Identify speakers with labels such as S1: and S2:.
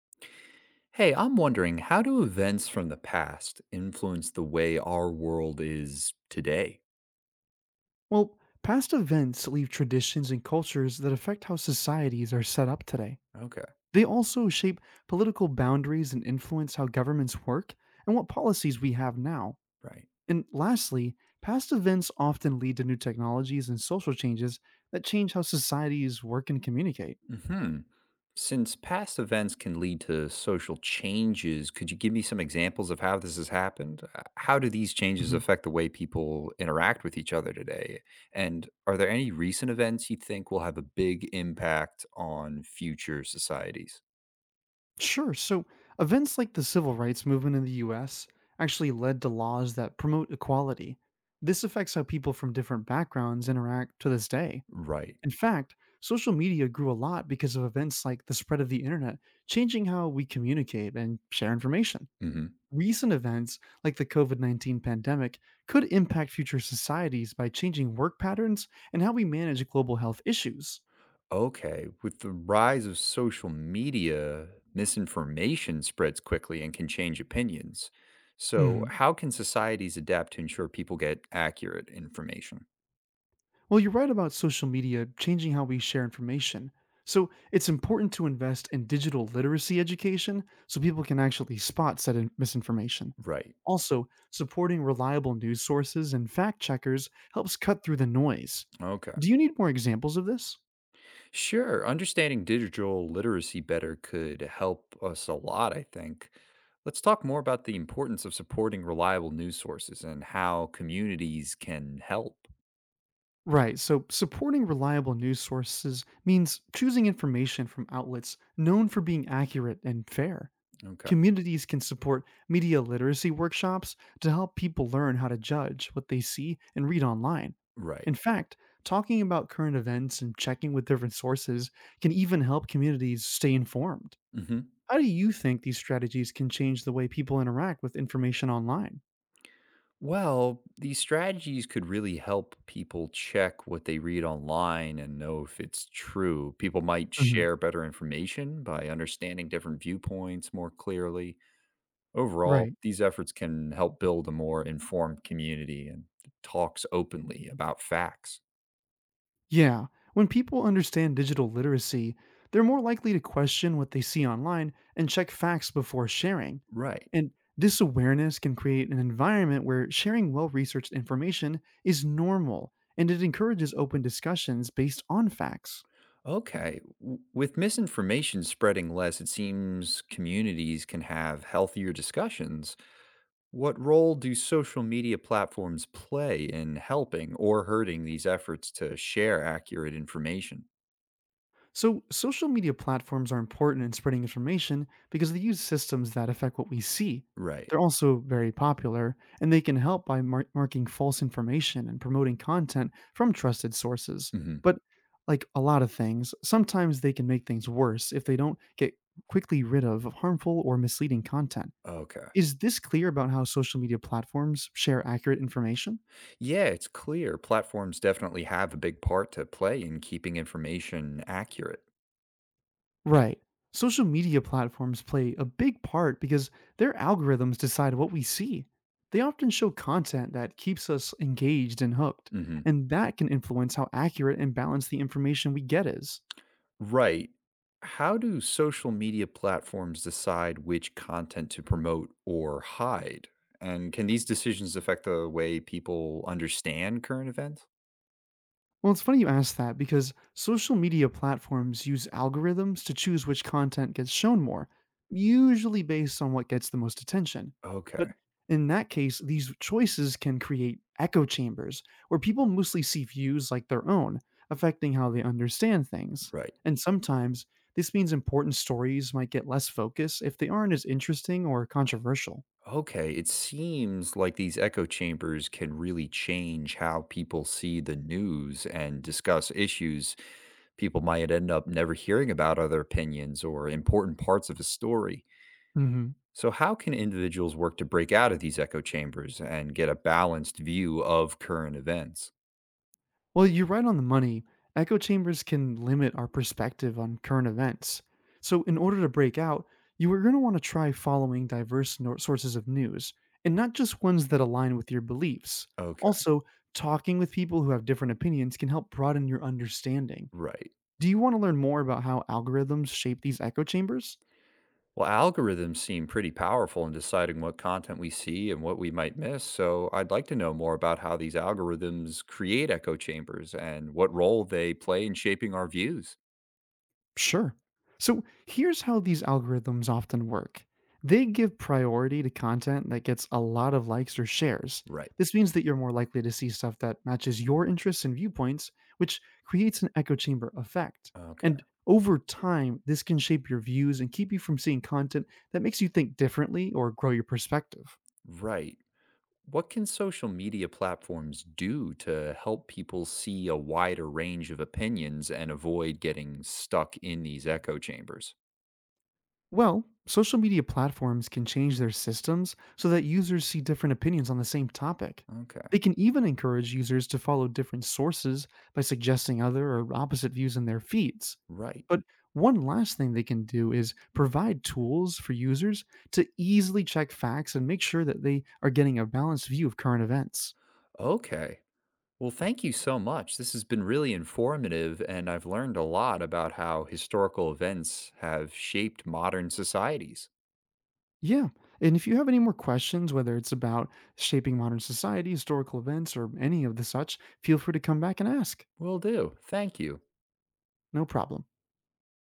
S1: Hey, I'm wondering, how do events from the past influence the way our world is today?
S2: Well, past events leave traditions and cultures that affect how societies are set up today.
S1: Okay.
S2: They also shape political boundaries and influence how governments work and what policies we have now.
S1: Right.
S2: And lastly, past events often lead to new technologies and social changes that change how societies work and communicate.
S1: Hmm. Since past events can lead to social changes, could you give me some examples of how this has happened? How do these changes
S2: Mhm.
S1: affect the way people interact with each other today? And are there any recent events you think will have a big impact on future societies?
S2: Sure, so events like the civil rights movement in the US actually led to laws that promote equality. This affects how people from different backgrounds interact to this day.
S1: Right.
S2: In fact, social media grew a lot because of events like the spread of the internet, changing how we communicate and share information.
S1: Hmm.
S2: Recent events like the COVID -19 pandemic could impact future societies by changing work patterns and how we manage global health issues.
S1: Okay, with the rise of social media, misinformation spreads quickly and can change opinions. So,
S2: Mhm.
S1: how can societies adapt to ensure people get accurate information?
S2: Well, you're right about social media changing how we share information. So it's important to invest in digital literacy education so people can actually spot misinformation.
S1: Right.
S2: Also, supporting reliable news sources and fact checkers helps cut through the noise.
S1: Okay.
S2: Do you need more examples of this?
S1: Sure. Understanding digital literacy better could help us a lot, I think. Let's talk more about the importance of supporting reliable news sources and how communities can help.
S2: Right, so supporting reliable news sources means choosing information from outlets known for being accurate and fair.
S1: Okay.
S2: Communities can support media literacy workshops to help people learn how to judge what they see and read online.
S1: Right.
S2: In fact, talking about current events and checking with different sources can even help communities stay informed.
S1: Hmm.
S2: How do you think these strategies can change the way people interact with information online?
S1: Well, these strategies could really help people check what they read online and know if it's true. People might
S2: Hmm.
S1: share better information by understanding different viewpoints more clearly. Overall,
S2: Right.
S1: these efforts can help build a more informed community and talks openly about facts.
S2: Yeah, when people understand digital literacy, they're more likely to question what they see online and check facts before sharing.
S1: Right.
S2: And this awareness can create an environment where sharing well researched information is normal and it encourages open discussions based on facts.
S1: Okay. With misinformation spreading less, it seems communities can have healthier discussions. What role do social media platforms play in helping or hurting these efforts to share accurate information?
S2: So, social media platforms are important in spreading information because they use systems that affect what we see.
S1: Right.
S2: They're also very popular, and they can help by marking false information and promoting content from trusted sources.
S1: Hmm.
S2: But, like a lot of things, sometimes they can make things worse if they don't get quickly rid of harmful or misleading content.
S1: Okay.
S2: Is this clear about how social media platforms share accurate information?
S1: Yeah, it's clear platforms definitely have a big part to play in keeping information accurate.
S2: Right. Social media platforms play a big part because their algorithms decide what we see. They often show content that keeps us engaged and hooked,
S1: Hmm.
S2: and that can influence how accurate and balanced the information we get is.
S1: Right. How do social media platforms decide which content to promote or hide? And can these decisions affect the way people understand current events?
S2: Well, it's funny you ask that because social media platforms use algorithms to choose which content gets shown more, usually based on what gets the most attention. But
S1: Okay.
S2: in that case, these choices can create echo chambers where people mostly see views like their own, affecting how they understand things.
S1: Right.
S2: And sometimes this means important stories might get less focus if they aren't as interesting or controversial.
S1: Okay, it seems like these echo chambers can really change how people see the news and discuss issues. People might end up never hearing about other opinions or important parts of a story.
S2: Hmm.
S1: So, how can individuals work to break out of these echo chambers and get a balanced view of current events?
S2: Well, you're right on the money. Echo chambers can limit our perspective on current events. So, in order to break out, you are going to want to try following diverse sources of news and not just ones that align with your beliefs.
S1: Okay,
S2: Also, talking with people who have different opinions can help broaden your understanding.
S1: right.
S2: Do you want to learn more about how algorithms shape these echo chambers?
S1: Well, algorithms seem pretty powerful in deciding what content we see and what we might miss. So, I'd like to know more about how these algorithms create echo chambers and what role they play in shaping our views.
S2: Sure. So here's how these algorithms often work, they give priority to content that gets a lot of likes or shares.
S1: Right.
S2: This means that you're more likely to see stuff that matches your interests and viewpoints, which creates an echo chamber effect.
S1: Okay.
S2: And over time, this can shape your views and keep you from seeing content that makes you think differently or grow your perspective.
S1: Right. What can social media platforms do to help people see a wider range of opinions and avoid getting stuck in these echo chambers?
S2: Well, social media platforms can change their systems so that users see different opinions on the same topic.
S1: Okay.
S2: They can even encourage users to follow different sources by suggesting other or opposite views in their feeds.
S1: Right.
S2: But one last thing they can do is provide tools for users to easily check facts and make sure that they are getting a balanced view of current events.
S1: Okay. Well, thank you so much. This has been really informative, and I've learned a lot about how historical events have shaped modern societies.
S2: Yeah, and if you have any more questions, whether it's about shaping modern society, historical events, or any of the such, feel free to come back and ask.
S1: Will do. Thank you.
S2: No problem.